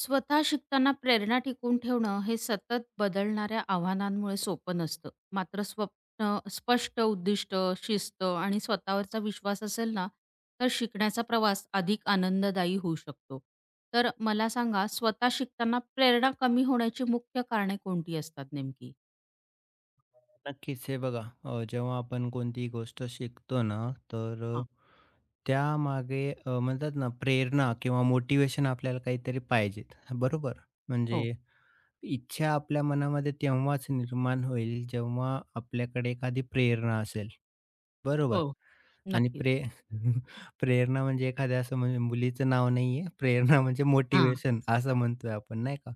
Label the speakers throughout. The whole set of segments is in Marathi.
Speaker 1: स्वतः शिकताना प्रेरणा टिकवून ठेवणं हे सतत बदलणाऱ्या आव्हानांमुळे सोपं नसतं. मात्र स्वप्न, स्पष्ट उद्दिष्ट, शिस्त आणि स्वतःवरचा विश्वास असेल ना, तर शिकण्याचा प्रवास अधिक आनंददायी होऊ शकतो. तर मला सांगा, स्वतः शिकताना प्रेरणा कमी होण्याची मुख्य कारणे कोणती असतात नेमकी?
Speaker 2: नक्कीच. हे बघा, जेव्हा आपण कोणतीही गोष्ट शिकतो ना, तर
Speaker 1: हां.
Speaker 2: त्यामागे म्हणतात ना प्रेरणा किंवा मोटिवेशन आपल्याला काहीतरी पाहिजेत, बरोबर? म्हणजे
Speaker 1: हो,
Speaker 2: इच्छा आपल्या मनामध्ये तेव्हाच निर्माण होईल, जेव्हा आपल्याकडे एखादी प्रेरणा असेल, बरोबर?
Speaker 1: हो.
Speaker 2: आणि
Speaker 1: नक्कीच.
Speaker 2: प्रे प्रेरणा म्हणजे एखाद्या असं म्हणजे मुलीचं नाव नाहीये. प्रेरणा म्हणजे
Speaker 1: हां.
Speaker 2: मोटिव्हेशन असं म्हणतोय आपण नाही का?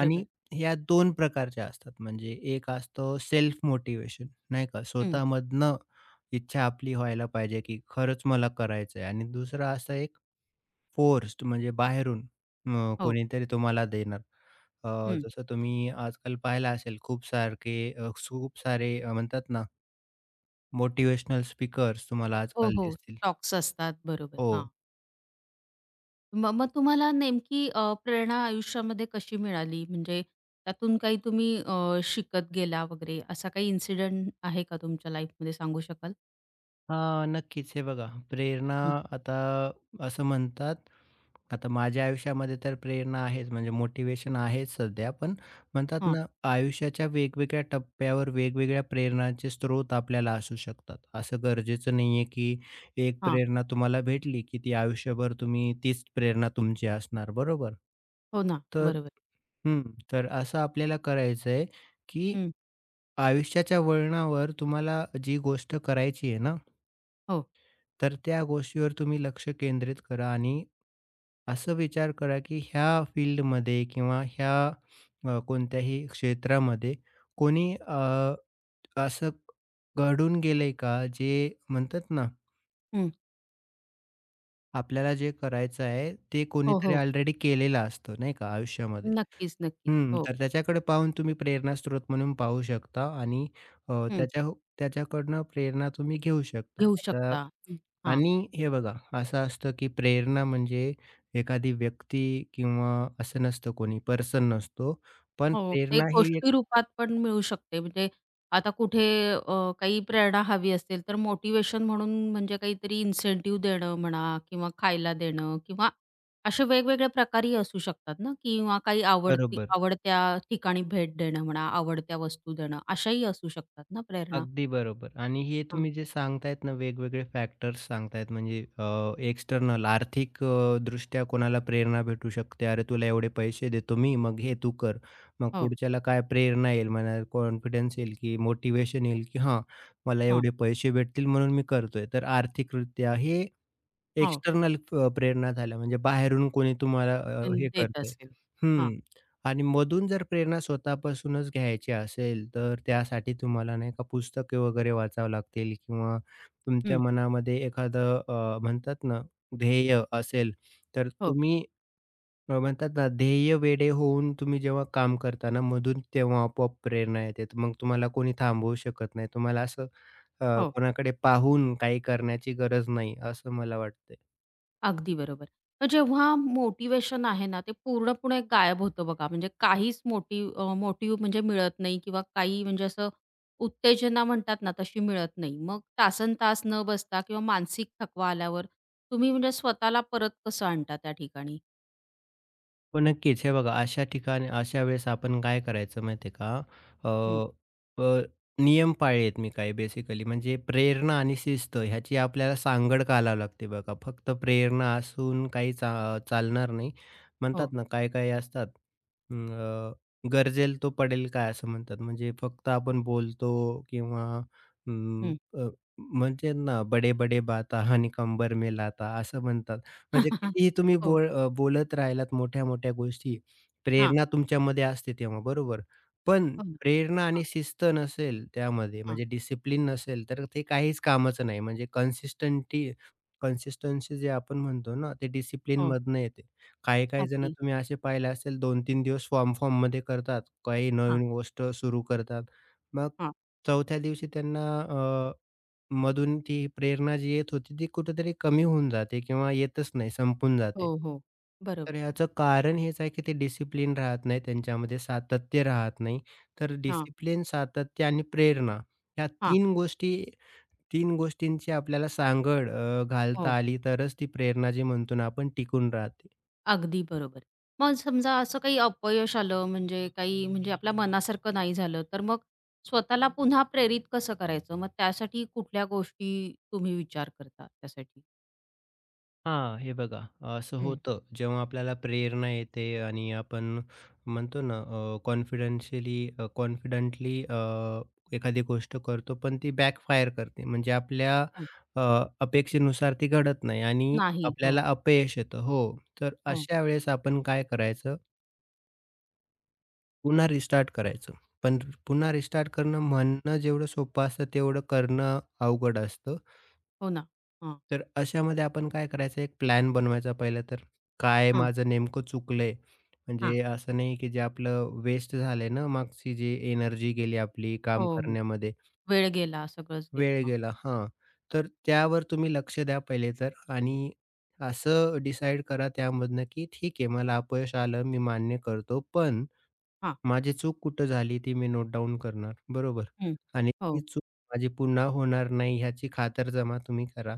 Speaker 2: आणि ह्या 2 प्रकारच्या असतात. म्हणजे एक असतं सेल्फ मोटिव्हेशन नाही का?
Speaker 1: हं.
Speaker 2: स्वतःमधनं इच्छा आपली व्हायला पाहिजे, की खरंच मला करायचंय आणि दुसरं असं एक फोर्स्ड म्हणजे बाहेरून
Speaker 1: हो.
Speaker 2: कोणीतरी तुम्हाला देणार.
Speaker 1: हं.
Speaker 2: जसं तुम्ही आजकाल पाहिलं असेल खूप सारखे खूप सारे म्हणतात ना मोटिव्हेशनल स्पीकर्स तुम्हाला
Speaker 1: हो,
Speaker 2: आजकाल
Speaker 1: हो.
Speaker 2: दिसतील.
Speaker 1: स्टॉक्स असतात. बरोबर. हां.
Speaker 2: हो.
Speaker 1: मग मग तुम्हाला नेमकी प्रेरणा आयुष्यामध्ये कशी मिळाली? म्हणजे त्यातून काही तुम्ही शिकत गेला वगैरे असा काही इन्सिडेंट आहे का तुमच्या लाईफमध्ये सांगू शकाल?
Speaker 2: हां, नक्कीच. हे बघा प्रेरणा
Speaker 1: हं.
Speaker 2: आता असं म्हणतात आता माझ्या आयुष्यामध्ये तर प्रेरणा आहेच म्हणजे मोटिवेशन आहेच सध्या. पण म्हणतात
Speaker 1: हां,
Speaker 2: ना, आयुष्याच्या वेगवेगळ्या टप्प्यावर वेगवेगळ्या प्रेरणाचे स्रोत आपल्याला असू शकतात. असं गरजेचं नाहीये, की एक
Speaker 1: हां.
Speaker 2: प्रेरणा तुम्हाला भेटली, की ती आयुष्यभर तुम्ही तीच प्रेरणा तुमची असणार, बरोबर?
Speaker 1: हो ना.
Speaker 2: तर
Speaker 1: बरोबर.
Speaker 2: हं, तर असं आपल्याला करायचंय, की
Speaker 1: हं.
Speaker 2: आयुष्याच्या वळणावर तुम्हाला जी गोष्ट करायची आहे ना,
Speaker 1: हो.
Speaker 2: तर त्या गोष्टीवर तुम्ही लक्ष केंद्रित करा आणि असं विचार करा की ह्या फील्डमध्ये किंवा ह्या कोणत्याही क्षेत्रामध्ये कोणी असं घडून गेलंय का जे म्हणतात ना,
Speaker 1: हं.
Speaker 2: आपल्याला जे करायचं आहे ते
Speaker 1: हो,
Speaker 2: कोणीतरी
Speaker 1: हो.
Speaker 2: ऑलरेडी केलेलं असतं नाही का आयुष्यामध्ये.
Speaker 1: नक्कीच, नक्कीच.
Speaker 2: हं,
Speaker 1: हो.
Speaker 2: तर त्याच्याकडे पाहून तुम्ही प्रेरणास्रोत म्हणून पाहू शकता आणि अ,
Speaker 1: हं.
Speaker 2: त्याच्या त्याच्याकडनं प्रेरणा तुम्ही घेऊ शकता.
Speaker 1: घेऊ शकता. हं. हां.
Speaker 2: आणि हे बघा, असं असतं की प्रेरणा म्हणजे एखादी व्यक्ती किंवा असं नसतं कोणी पर्सन नसतो. पण
Speaker 1: हो, ते
Speaker 2: प्रेरणा ही एक
Speaker 1: गोष्टी रूपात पण मिळू शकते. म्हणजे आता कुठे काही प्रेरणा हवी असेल, तर मोटिव्हेशन म्हणून म्हणजे काहीतरी इन्सेंटिव्ह देणं म्हणा किंवा खायला देणं किंवा असे वेगवेगळे प्रकारही असू शकतात ना किंवा काही आवडती
Speaker 2: बरोबर.
Speaker 1: आवडत्या ठिकाणी भेट देणं म्हणा, आवडत्या वस्तू देणं अशाही असू शकतात ना प्रेरणा.
Speaker 2: अगदी बरोबर आणि हे
Speaker 1: हां.
Speaker 2: तुम्ही जे सांगतायत ना वेगवेगळे फॅक्टर्स सांगतायत म्हणजे एक्सटर्नल आर्थिक दृष्ट्या कोणाला प्रेरणा भेटू शकते. अरे तुला एवढे पैसे देतो मी, मग हे तू कर. मग
Speaker 1: हो,
Speaker 2: पुढच्याला काय प्रेरणा येईल म्हणा कॉन्फिडन्स येईल, की मोटिवेशन येईल, की हां, मला
Speaker 1: हां,
Speaker 2: एवढे पैसे भेटतील म्हणून मी करतोय. तर आर्थिकरित्या हे
Speaker 1: हो.
Speaker 2: एक्सटर्नल प्रेरणा झाल्या म्हणजे बाहेरून कोणी तुम्हाला
Speaker 1: अन्
Speaker 2: हे
Speaker 1: देत
Speaker 2: करतंय.
Speaker 1: असेल. हां.
Speaker 2: हं. आणि मधून जर प्रेरणा स्वतःपासूनच घ्यायची असेल, तर त्यासाठी तुम्हाला नाही का पुस्तके वगैरे वाचावं लागतील किंवा
Speaker 1: हं.
Speaker 2: तुमच्या मनामध्ये एखादं म्हणतात ना, ध्येय असेल, तर
Speaker 1: हो,
Speaker 2: तुम्ही म्हणतात ना, ध्येय वेडे होऊन तुम्ही जेव्हा काम करता ना, मधून तेव्हा आपोआप प्रेरणा येते. तर मग तुम्हाला कोणी थांबवू शकत नाही. तुम्हाला असं अ,
Speaker 1: हो.
Speaker 2: कोणाकडे पाहून काही करण्याची गरज नाही, असं मला वाटतंय.
Speaker 1: अगदी बरोबर. तर जेव्हा मोटिव्हेशन आहे ना, ते पूर्णपणे गायब होतं बघा. म्हणजे काहीच मोटिव्ह म्हणजे मिळत नाही किंवा काही म्हणजे असं उत्तेजना म्हणतात ना, तशी मिळत नाही. मग तासन तास न बसता किंवा मानसिक थकवा आल्यावर तुम्ही म्हणजे स्वतःला परत कसं आणता त्या ठिकाणी?
Speaker 2: हो, नक्कीच. हे बघा, अशा ठिकाणी अशा वेळेस आपण काय करायचं माहिती आहे का? अ,
Speaker 1: हं.
Speaker 2: अ, नियम पाळलेत मी काही बेसिकली म्हणजे प्रेरणा आणि शिस्त ह्याची आपल्याला सांगड घालावी लागते बघा. फक्त प्रेरणा असून काही चालणार नाही. म्हणतात
Speaker 1: हो.
Speaker 2: ना, काही-काही असतात अं, "गरजेल तो पडेल काय" असं म्हणतात. म्हणजे फक्त आपण बोलतो किंवा अं,
Speaker 1: हं.
Speaker 2: अ, म्हणजे ना, "बडे-बडे बाता आणि कंबर में लाता" असं म्हणतात. म्हणजे कितीही तुम्ही
Speaker 1: हो.
Speaker 2: बोलत राहिलात मोठ्या-मोठ्या गोष्टी,
Speaker 1: हां.
Speaker 2: प्रेरणा तुमच्यामध्ये असते तेव्हा, बरोबर. पण
Speaker 1: हो ना.
Speaker 2: प्रेरणा
Speaker 1: हां,
Speaker 2: आणि शिस्त नसेल त्यामध्ये,
Speaker 1: हां.
Speaker 2: म्हणजे डिसिप्लिन नसेल, तर ते काहीच कामाचं नाही. म्हणजे कन्सिस्टन्सी जे आपण म्हणतो ना, ते
Speaker 1: हो.
Speaker 2: डिसिप्लिनमधनं येते. काही-काही जण
Speaker 1: अगदी.
Speaker 2: तुम्ही असे पाहिले असेल 2-3 दिवस फॉर्ममध्ये करतात, काही
Speaker 1: हां,
Speaker 2: नवीन गोष्ट सुरू करतात. मग
Speaker 1: हां.
Speaker 2: चौथ्या दिवशी त्यांना मधून ती प्रेरणा जी येत होती ती कुठेतरी कमी होऊन जाते किंवा येतच नाही, संपून जाते.
Speaker 1: हो, हो. बरोबर.
Speaker 2: तर याचं कारण हेच आहे, की ते डिसिप्लिन राहत नाही त्यांच्यामध्ये, सातत्य राहत नाही. तर
Speaker 1: हां,
Speaker 2: डिसिप्लिन, सातत्य आणि प्रेरणा ह्या
Speaker 1: हां.
Speaker 2: 3 गोष्टींची आपल्याला सांगड
Speaker 1: हो.
Speaker 2: घालता आली तरच ती प्रेरणा जी म्हणतो ना आपण टिकून राहते.
Speaker 1: अगदी बरोबर. मग समजा असं काही अपयश आलं म्हणजे काही म्हणजे आपल्या मनासारखं नाही झालं, तर मग स्वतःला पुन्हा प्रेरित कसं करायचं? मग त्यासाठी कुठल्या गोष्टी तुम्ही विचार करता त्यासाठी?
Speaker 2: हां, हे बघा असं
Speaker 1: हं.
Speaker 2: होतं. जेव्हा आपल्याला प्रेरणा येते आणि आपण म्हणतो ना अ, कॉन्फिडेन्शियली कॉन्फिडेंटली एखादी गोष्ट करतो, पण ती बॅकफायर करते. म्हणजे आपल्या
Speaker 1: हो.
Speaker 2: अ, अपेक्षेनुसार ती घडत नाही आणि
Speaker 1: नाही. हो,
Speaker 2: आपल्याला अपयश येतं. हो, तर
Speaker 1: हो.
Speaker 2: अशा वेळेस आपण काय करायचं, पुन्हा रिस्टार्ट करायचं. पण पुन्हा रिस्टार्ट करणं म्हणणं जेवढं सोपं असतं, तेवढं करणं अवघड असतं.
Speaker 1: हो ना. हां,
Speaker 2: तर अशामध्ये आपण काय करायचं एक प्लॅन बनवायचा पहिलं तर. काय
Speaker 1: हां,
Speaker 2: माझं नेमकं चुकलंय?
Speaker 1: हां.
Speaker 2: म्हणजे असं नाही की जे आपलं वेस्ट झालंय ना मागची जी एनर्जी गेली आपली काम
Speaker 1: हो, हो.
Speaker 2: करण्यामध्ये,
Speaker 1: वेळ गेला, सगळंच गेलं.
Speaker 2: वेळ
Speaker 1: हां,
Speaker 2: गेला हां. तर त्यावर तुम्ही लक्ष द्या पहिले तर आणि असं डिसाईड करा त्यामधनं की ठीक आहे मला अपयश आलं मी मान्य करतो पण
Speaker 1: हां.
Speaker 2: माझी चूक कुठं झाली ती मी नोट डाउन करणार, बरोबर.
Speaker 1: हं.
Speaker 2: आणि
Speaker 1: हो,
Speaker 2: ती चूक माझी पुन्हा होणार नाही ह्याची खातरजमा तुम्ही करा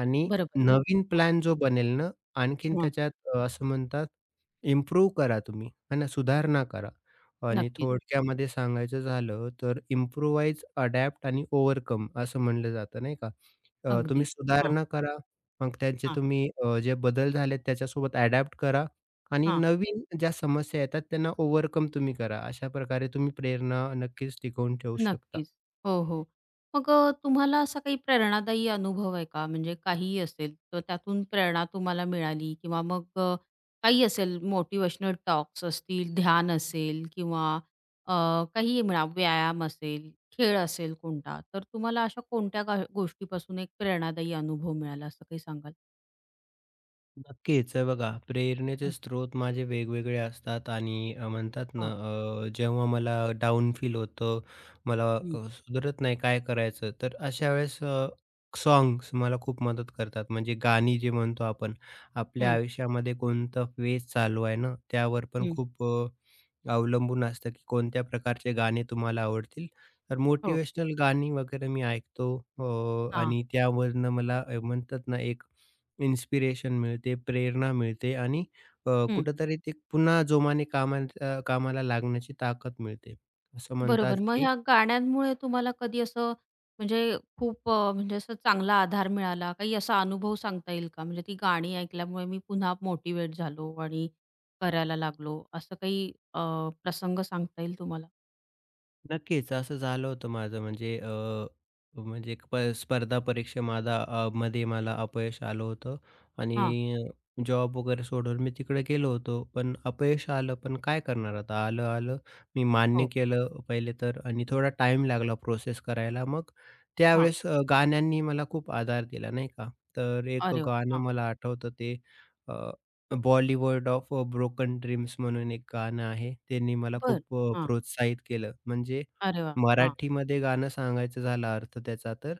Speaker 2: आणि
Speaker 1: बरोबर.
Speaker 2: नवीन
Speaker 1: हां,
Speaker 2: प्लॅन जो बनेल ना, आणखीन
Speaker 1: हां.
Speaker 2: त्याच्यात असं म्हणतात इम्प्रूव्ह करा तुम्ही, है ना, सुधारणा करा. आणि
Speaker 1: नक्कीच.
Speaker 2: थोडक्यामध्ये सांगायचं झालं तर इम्प्रोवाइज, अडॅप्ट आणि ओव्हरकम असं म्हणलं जातं नाही का.
Speaker 1: अगदी.
Speaker 2: तुम्ही
Speaker 1: हां,
Speaker 2: सुधारणा करा, मग त्यांचे
Speaker 1: हां,
Speaker 2: तुम्ही जे बदल झालेत त्याच्यासोबत अडॅप्ट करा आणि
Speaker 1: हां.
Speaker 2: नवीन ज्या समस्या येतात त्यांना ओव्हरकम तुम्ही करा. अशा प्रकारे तुम्ही प्रेरणा नक्कीच टिकवून ठेवू शकता.
Speaker 1: नक्कीच. हो, हो. मग तुम्हाला असा काही प्रेरणादायी अनुभव आहे का? म्हणजे काहीही असेल, तर त्यातून प्रेरणा तुम्हाला मिळाली किंवा मग काही असेल मोटिव्हेशनल टॉक्स असतील, ध्यान असेल किंवा अ, काहीही म्हणा, व्यायाम असेल, खेळ असेल कोणता, तर तुम्हाला अशा कोणत्या गोष्टीपासून एक प्रेरणादायी अनुभव मिळाला, असं काही सांगाल?
Speaker 2: नक्कीच. हे बघा, प्रेरणेचे
Speaker 1: हं.
Speaker 2: स्रोत माझे वेगवेगळे असतात आणि म्हणतात ना,
Speaker 1: हां.
Speaker 2: जेव्हा मला डाउन फील होतं, मला
Speaker 1: हं,
Speaker 2: अ, सुधरत नाही काय करायचं, तर अशा वेळेस साँग्स मला खूप मदत करतात. म्हणजे गाणी जे म्हणतो आपण, आपल्या
Speaker 1: हं,
Speaker 2: आयुष्यामध्ये कोणतं फेज चालू आहे ना, त्यावर पण
Speaker 1: हं.
Speaker 2: खूप अवलंबून असतं, की कोणत्या प्रकारचे गाणे तुम्हाला आवडतील. तर
Speaker 1: हो.
Speaker 2: मोटिव्हेशनल गाणी वगैरे मी ऐकतो
Speaker 1: हां.
Speaker 2: आणि त्यावरनं मला म्हणतात ना, एक इन्स्पिरेशन मिळते, प्रेरणा मिळते आणि कुठेतरी ते पुन्हा जोमाने कामाला कामाला लागण्याची ताकद मिळते. असं म्हणतात,
Speaker 1: बरोबर. मग
Speaker 2: की
Speaker 1: ह्या गाण्यांमुळे तुम्हाला कधी असं म्हणजे खूप म्हणजे असं चांगला आधार मिळाला, काही असा अनुभव सांगता येईल का? म्हणजे ती गाणी ऐकल्यामुळे मी पुन्हा मोटिव्हेट झालो आणि करायला लागलो, असं काही प्रसंग सांगता येईल तुम्हाला?
Speaker 2: नक्कीच. असं झालं होतं माझं म्हणजे म्हणजे एक स्पर्धा परीक्षेमादा मध्ये मला अपयश आलं होतं
Speaker 1: हां.
Speaker 2: आणि जॉब वगैरे सोडून मी तिकडे गेलो होतो. पण अपयश आलं, पण काय करणार आता? आलं, आलं. मी मान्य
Speaker 1: हो.
Speaker 2: केलं पहिले तर आणि थोडा टाइम लागला प्रोसेस करायला. मग
Speaker 1: हां.
Speaker 2: त्यावेळेस गाण्यांनी मला खूप आधार दिला, नाही का? तर एक
Speaker 1: अरे वाह!
Speaker 2: गाणं
Speaker 1: हां.
Speaker 2: मला आठवतं ते अ बॉलिवूड ऑफ ब्रोकन ड्रीम्स म्हणून एक गाणं आहे. त्यांनी मला
Speaker 1: बरं.
Speaker 2: खूप
Speaker 1: हां.
Speaker 2: प्रोत्साहित केलं. म्हणजे
Speaker 1: अरे वाह! हां,
Speaker 2: मराठीमध्ये गाणं सांगायचं झाला अर्थ त्याचा तर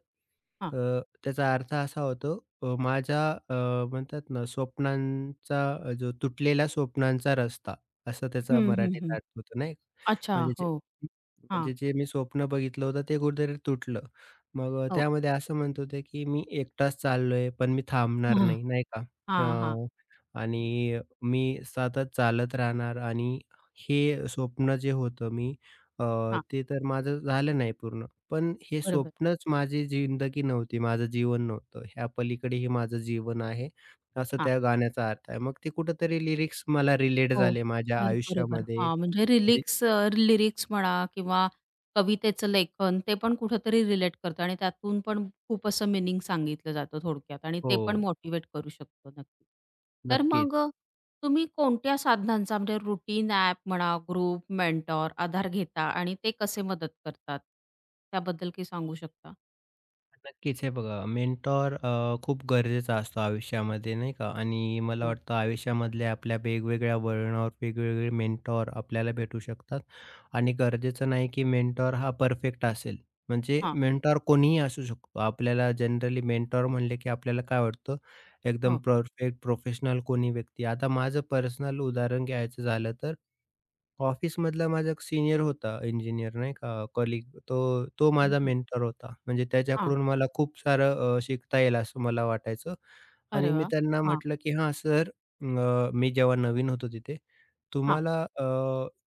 Speaker 1: हां.
Speaker 2: त्याचा अर्थ असा होतो माझ्या म्हणतात ना स्वप्नांचा जो तुटलेला स्वप्नांचा रस्ता असा त्याचा
Speaker 1: हं, हं,
Speaker 2: मराठीत
Speaker 1: हं.
Speaker 2: अर्थ होतो नाही का?
Speaker 1: अच्छा.
Speaker 2: म्हणजे जे
Speaker 1: हो. हां.
Speaker 2: म्हणजे जे मी स्वप्न बघितलं होतं ते कुठेतरी तुटलं. मग
Speaker 1: हो.
Speaker 2: त्यामध्ये असं म्हणत होते, की मी एकटाच चाललोय पण मी थांबणार
Speaker 1: हां.
Speaker 2: नाही, नाही का?
Speaker 1: हां, हां,
Speaker 2: आणि मी सतत चालत राहणार आणि हे स्वप्न जे होतं मी अ,
Speaker 1: हां.
Speaker 2: ते तर माझं झालं नाही पूर्ण. पण हे
Speaker 1: बरोबर.
Speaker 2: स्वप्नच माझी जिंदगी नव्हती, माझं जीवन नव्हतं. ह्या पलीकडे हे माझं जीवन आहे, असं त्या गाण्याचा अर्थ आहे. मग ते कुठेतरी लिरिक्स मला रिलेट
Speaker 1: हो.
Speaker 2: झाले माझ्या
Speaker 1: तर बरोबर.
Speaker 2: आयुष्यामध्ये.
Speaker 1: हां, म्हणजे
Speaker 2: जे
Speaker 1: लिरिक्स म्हणा किंवा कवितेचं लेखन ते पण कुठेतरी रिलेट करतं आणि त्यातून पण खूप असं मीनिंग सांगितलं जातं थोडक्यात आणि ते पण
Speaker 2: हो.
Speaker 1: मोटिव्हेट करू शकतो नक्की. तर
Speaker 2: नक्कीच.
Speaker 1: मग तुम्ही कोणत्या साधनांचा म्हणजे रुटीन ॲप म्हणा, ग्रुप, मेंटॉर, आधार घेता आणि ते कसे मदत करतात? त्याबद्दल काही सांगू शकता?
Speaker 2: नक्कीच. हे बघा मेंटॉर खूप गरजेचा असतो आयुष्यामध्ये नाही का? आणि मला
Speaker 1: हो.
Speaker 2: वाटतं आयुष्यामधल्या आपल्या वेगवेगळ्या वळणावर वेगवेगळे मेंटॉर आपल्याला भेटू शकतात. आणि गरजेचं नाही की मेंटॉर हा परफेक्ट असेल. म्हणजे
Speaker 1: हां,
Speaker 2: मेंटॉर कोणीही असू शकतो. आपल्याला जनरली मेंटॉर म्हणले की आपल्याला काय वाटतं एकदम
Speaker 1: हो.
Speaker 2: परफेक्ट प्रोफेशनल कोणी व्यक्ती. आता माझं पर्सनल उदाहरण घ्यायचं झालं तर ऑफिसमधला माझा एक सीनियर होता इंजिनियर नाही का कलीग तो, तो माझा
Speaker 1: बरं.
Speaker 2: मेंटर होता. म्हणजे
Speaker 1: हां.
Speaker 2: त्याच्याकडून मला खूप सारं शिकता येईल असं मला वाटायचं
Speaker 1: अरे
Speaker 2: आणि मी
Speaker 1: वाह!
Speaker 2: त्यांना
Speaker 1: हां,
Speaker 2: म्हटलं, की "हां सर, मी जेव्हा नवीन होतो तिथे
Speaker 1: हां.
Speaker 2: तुम्हाला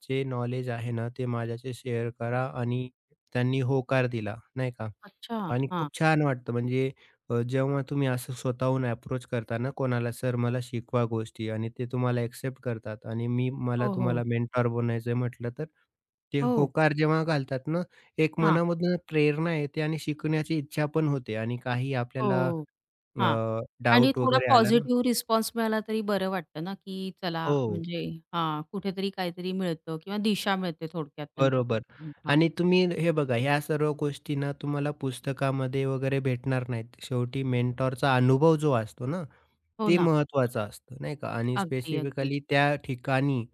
Speaker 2: जे नॉलेज आहे ना ते माझ्याशी शेअर करा" आणि त्यांनी होकार दिला नाही का
Speaker 1: अच्छा.
Speaker 2: आणि
Speaker 1: हां.
Speaker 2: खूप छान वाटतं म्हणजे जेव्हा तुम्ही असं स्वतःहून अप्रोच करता ना कोणाला, "सर मला शिकवा गोष्टी" आणि ते तुम्हाला एक्सेप्ट करतात आणि मला
Speaker 1: हो, हो.
Speaker 2: तुम्हाला मेंटॉर बनायचंय म्हटलं तर ते
Speaker 1: हो.
Speaker 2: होकार जेव्हा घालतात ना, एक
Speaker 1: हां.
Speaker 2: मनामधनं प्रेरणा येते आणि शिकण्याची इच्छा पण होते आणि काही आपल्याला
Speaker 1: हो. हां. आणि
Speaker 2: डाऊट
Speaker 1: थोडा
Speaker 2: वगैरे आला ना
Speaker 1: पॉझिटिव्ह रिस्पॉन्स मिळाला तरी बरं वाटतं ना, की चला
Speaker 2: हो,
Speaker 1: म्हणजे हां, कुठेतरी काहीतरी मिळतं किंवा दिशा मिळते थोडक्यात
Speaker 2: बरोबर.
Speaker 1: त्यांच्यापासून. हां.
Speaker 2: आणि तुम्ही हे बघा ह्या सर्व गोष्टी ना तुम्हाला पुस्तकामध्ये वगैरे भेटणार नाहीत. शेवटी मेंटॉरचा अनुभव जो असतो ना,
Speaker 1: हो
Speaker 2: ते
Speaker 1: ना.
Speaker 2: महत्त्वाचं असतं, नाही का? आणि
Speaker 1: अगदी, अगदी.
Speaker 2: स्पेसिफिकली त्या ठिकाणी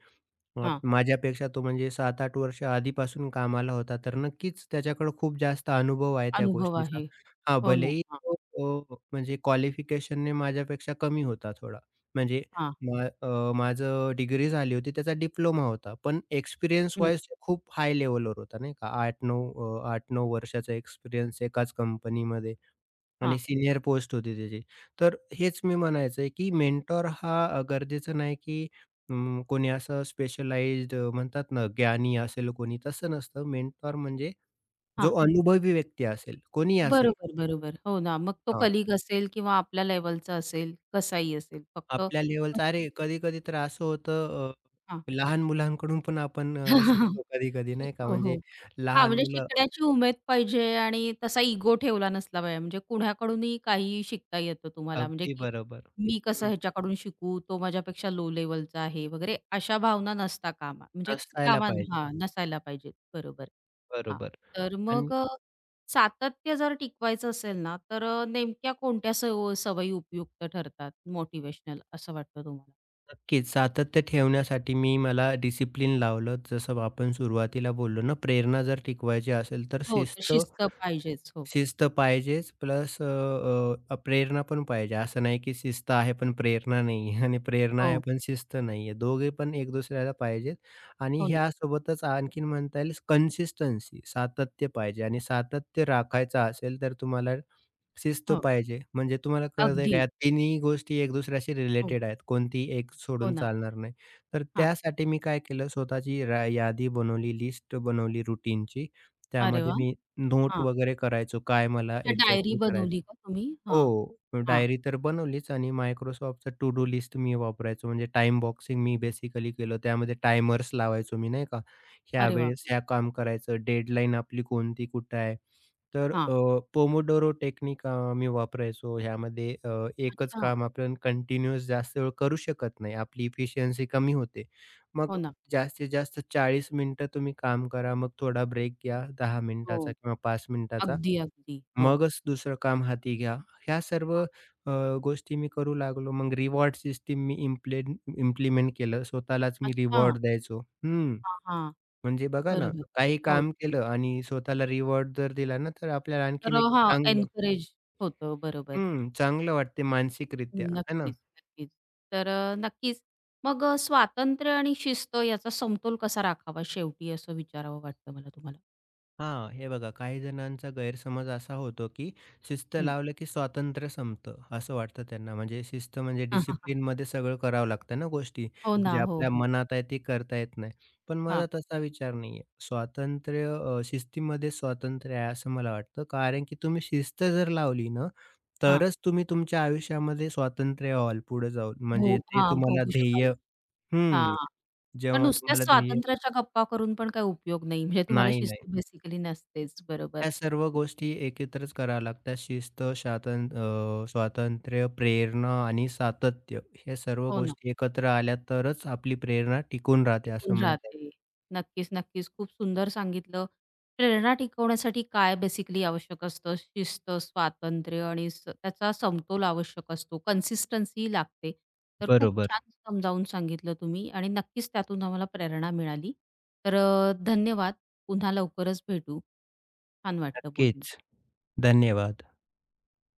Speaker 1: हां.
Speaker 2: माझ्यापेक्षा तो म्हणजे 7-8 वर्ष आधीपासून कामाला होता, तर नक्कीच त्याच्याकडे खूप जास्त अनुभव आहे त्या
Speaker 1: अनुभव
Speaker 2: गोष्टीचा.
Speaker 1: आहे.
Speaker 2: हां,
Speaker 1: हो ना.
Speaker 2: भलेही
Speaker 1: हां,
Speaker 2: तो अ, म्हणजे क्वालिफिकेशनने माझ्यापेक्षा कमी होता थोडा. म्हणजे
Speaker 1: हां.
Speaker 2: माझं डिग्री झाली होती, त्याचा डिप्लोमा होता. पण एक्सपिरियन्स
Speaker 1: हं.
Speaker 2: वाईज खूप हाय लेव्हलवर होता नाही का. 8-9 वर्षाचा एक्सपिरियन्स एकाच कंपनीमध्ये.
Speaker 1: हां,
Speaker 2: आणि सीनियर पोस्ट होती त्याची. तर हेच मी म्हणायचं आहे, की मेंटॉर हा गरजेचं नाही, की कोणी असं स्पेशलाइज्ड म्हणतात ना, ज्ञानी असेल कोणी, तसं नसतं. मेंटॉर म्हणजे
Speaker 1: हां.
Speaker 2: जो अनुभवी व्यक्ती असेल, कोणीही असेल
Speaker 1: बरोबर, बरोबर. हो ना. मग तो
Speaker 2: हां,
Speaker 1: कलीग असेल किंवा आपल्या लेव्हलचा असेल, कसाही असेल. फक्त
Speaker 2: आपल्या लेव्हलचा. अरे, कधी-कधी तर असं होतं,
Speaker 1: हां.
Speaker 2: लहान मुलांकडून पण आपण शिकतो कधी-कधी, नाही का?
Speaker 1: शिकतो,
Speaker 2: म्हणजे
Speaker 1: हो. हां,
Speaker 2: लहान
Speaker 1: म्हणजे
Speaker 2: मुलं
Speaker 1: शिकण्याची उमेद पाहिजे आणि तसा इगो ठेवला नसला पाहिजे. म्हणजे कुणाकडूनही काहीही शिकता येतं तुम्हाला. म्हणजे
Speaker 2: अगदी
Speaker 1: की
Speaker 2: बरोबर.
Speaker 1: मी कसं
Speaker 2: हं,
Speaker 1: ह्याच्याकडून शिकू, तो माझ्यापेक्षा लो लेव्हलचा आहे वगैरे अशा भावना नसता कामा म्हणजे
Speaker 2: नसायला
Speaker 1: कामा हां,
Speaker 2: पाहिजेत.
Speaker 1: नसायला पाहिजेत. बरोबर. हां,
Speaker 2: बरोबर
Speaker 1: तर
Speaker 2: आणि
Speaker 1: मग सातत्य जर टिकवायचं असेल ना, तर नेमक्या कोणत्या सवयी उपयुक्त ठरतात मोटिव्हेशनल असं वाटतं तुम्हाला?
Speaker 2: नक्कीच. सातत्य ठेवण्यासाठी मी मला डिसिप्लिन लावलं. जसं आपण सुरुवातीला बोललो ना, प्रेरणा जर टिकवायची असेल, तर
Speaker 1: हो, तर
Speaker 2: शिस्त
Speaker 1: शिस्त पाहिजेच. हो.
Speaker 2: शिस्त पाहिजेच प्लस अ, अ, प्रेरणा पण पाहिजे. असं नाही की शिस्त आहे पण प्रेरणा नाही आणि प्रेरणा आहे
Speaker 1: हो,
Speaker 2: पण शिस्त नाही आहे. दोघे पण एक दुसऱ्याला पाहिजेत आणि
Speaker 1: हो ना.
Speaker 2: ह्यासोबतच आणखीन म्हणता येईल कन्सिस्टन्सी सातत्य पाहिजे आणि सातत्य राखायचं असेल तर तुम्हाला शिस्त
Speaker 1: हो,
Speaker 2: पाहिजे. म्हणजे तुम्हाला कळतंय
Speaker 1: अगदी.
Speaker 2: का या तिन्ही गोष्टी एक दुसऱ्याशी
Speaker 1: हो,
Speaker 2: रिलेटेड आहेत. कोणतीही एक
Speaker 1: हो
Speaker 2: सोडून
Speaker 1: ना.
Speaker 2: चालणार नाही. तर
Speaker 1: हां.
Speaker 2: त्यासाठी मी काय केलं स्वतःची यादी बनवली, लिस्ट बनवली रुटीनची.
Speaker 1: अरे
Speaker 2: त्यामध्ये
Speaker 1: वाह!
Speaker 2: मी नोट
Speaker 1: हां.
Speaker 2: वगैरे करायचो, काय मला
Speaker 1: म्हणजे डायरी
Speaker 2: एक्झॅक्टली
Speaker 1: बनवली
Speaker 2: करायचं
Speaker 1: का तुम्ही? हां,
Speaker 2: हो,
Speaker 1: हां.
Speaker 2: डायरी तर बनवलीच आणि Microsoftचं टू डू लिस्ट मी वापरायचो. म्हणजे टाइम बॉक्सिंग मी बेसिकली केलं. त्यामध्ये टायमर्स लावायचो मी नाही का? ह्या
Speaker 1: अरे वाह!
Speaker 2: वेळेस ह्या काम करायचं, डेडलाईन आपली कोणती कुठे आहे? तर
Speaker 1: हां.
Speaker 2: पोमोडोरो टेक्निक मी वापरायचो. ह्यामध्ये एकच
Speaker 1: अच्छा.
Speaker 2: काम आपण कंटिन्यूअस जास्त वेळ करू शकत नाही. आपली इफिशियन्सी कमी होते.
Speaker 1: हो
Speaker 2: मग
Speaker 1: ना.
Speaker 2: जास्तीत जास्त 40 मिनिटं तुम्ही काम करा. मग थोडा ब्रेक घ्या 10
Speaker 1: हो.
Speaker 2: मिनिटाचा किंवा 5 मिनिटाचा.
Speaker 1: अगदी, अगदी. हो.
Speaker 2: मगच दुसरं काम हाती घ्या. ह्या सर्व
Speaker 1: हां.
Speaker 2: अ, गोष्टी मी करू लागलो. मग रिवॉर्ड सिस्टीम मी इम्प्लिमेंट केलं. स्वतःलाच मी
Speaker 1: अच्छा.
Speaker 2: रिवॉर्ड द्यायचो. हं.
Speaker 1: हां, हां.
Speaker 2: म्हणजे बघा ना,
Speaker 1: बरोबर.
Speaker 2: काही
Speaker 1: हो.
Speaker 2: काम केलं आणि स्वतःला रिवॉर्ड जर दिला ना, तर आपल्याला
Speaker 1: तर
Speaker 2: आणखीन एक
Speaker 1: हां,
Speaker 2: चांगलं
Speaker 1: एन्करेज होतं. बरोबर.
Speaker 2: हं, चांगलं वाटते मानसिकरित्या, आहे ना?
Speaker 1: नक्कीच, नक्कीच. तर नक्कीच. मग स्वातंत्र्य आणि शिस्त याचा समतोल कसा राखावा शेवटी असं विचारावं वाटतं मला तुम्हाला?
Speaker 2: हां, हे बघा काही जणांचा गैरसमज असा होतो, की शिस्त
Speaker 1: हं.
Speaker 2: लावलं की स्वातंत्र्य संपतं, असं वाटतं त्यांना. म्हणजे शिस्त म्हणजे
Speaker 1: हां, हां, हां.
Speaker 2: डिसिप्लिनमध्ये सगळं करावं लागतं ना गोष्टी,
Speaker 1: हो ना.
Speaker 2: जे
Speaker 1: हो,
Speaker 2: आपल्या
Speaker 1: हो.
Speaker 2: मनात आहे ते करता येत नाही. पण
Speaker 1: हां,
Speaker 2: माझा तसा विचार नाही शिस्तीमध्ये स्वातंत्र्य आहे असं मला वाटतं. कारण की तुम्ही शिस्त जर लावली ना,
Speaker 1: हां.
Speaker 2: तरच तुम्ही तुमच्या आयुष्यामध्ये स्वातंत्र्य व्हाल पुढे जाऊन. म्हणजे ते
Speaker 1: हां,
Speaker 2: तुम्हाला
Speaker 1: भोगू शकाल.
Speaker 2: ध्येय हं,
Speaker 1: हां. तर
Speaker 2: जेव्हा
Speaker 1: नुसत्याच
Speaker 2: तुम्हाला ध्येय
Speaker 1: स्वातंत्र्याच्या गप्पा करून पण काही उपयोग नाही. म्हणजे तुम्हाला
Speaker 2: नाही,
Speaker 1: शिस्त
Speaker 2: नाही.
Speaker 1: बेसिकली नसतेच. बरोबर.
Speaker 2: ह्या सर्व गोष्टी एकत्रच कराव्या लागतात. शिस्त, स्वातंत्र्य, प्रेरणा आणि सातत्य ह्या सर्व
Speaker 1: हो ना.
Speaker 2: गोष्टी एकत्र आल्या तरच आपली प्रेरणा टिकून राहते असं
Speaker 1: टिकून
Speaker 2: म्हणता येईल.
Speaker 1: राहते. नक्कीच, नक्कीच. खूप सुंदर सांगितलं. प्रेरणा टिकवण्यासाठी काय बेसिकली आवश्यक असतं? शिस्त, स्वातंत्र्य आणि त्याचा समतोल आवश्यक असतो. कन्सिस्टन्सी लागते. तर खूप
Speaker 2: बरोबर.
Speaker 1: छान समजावून सांगितलं तुम्ही आणि नक्कीच त्यातून आम्हाला प्रेरणा मिळाली. तर धन्यवाद. पुन्हा लवकरच भेटू. छान वाटलं बोलून.
Speaker 2: नक्कीच. धन्यवाद.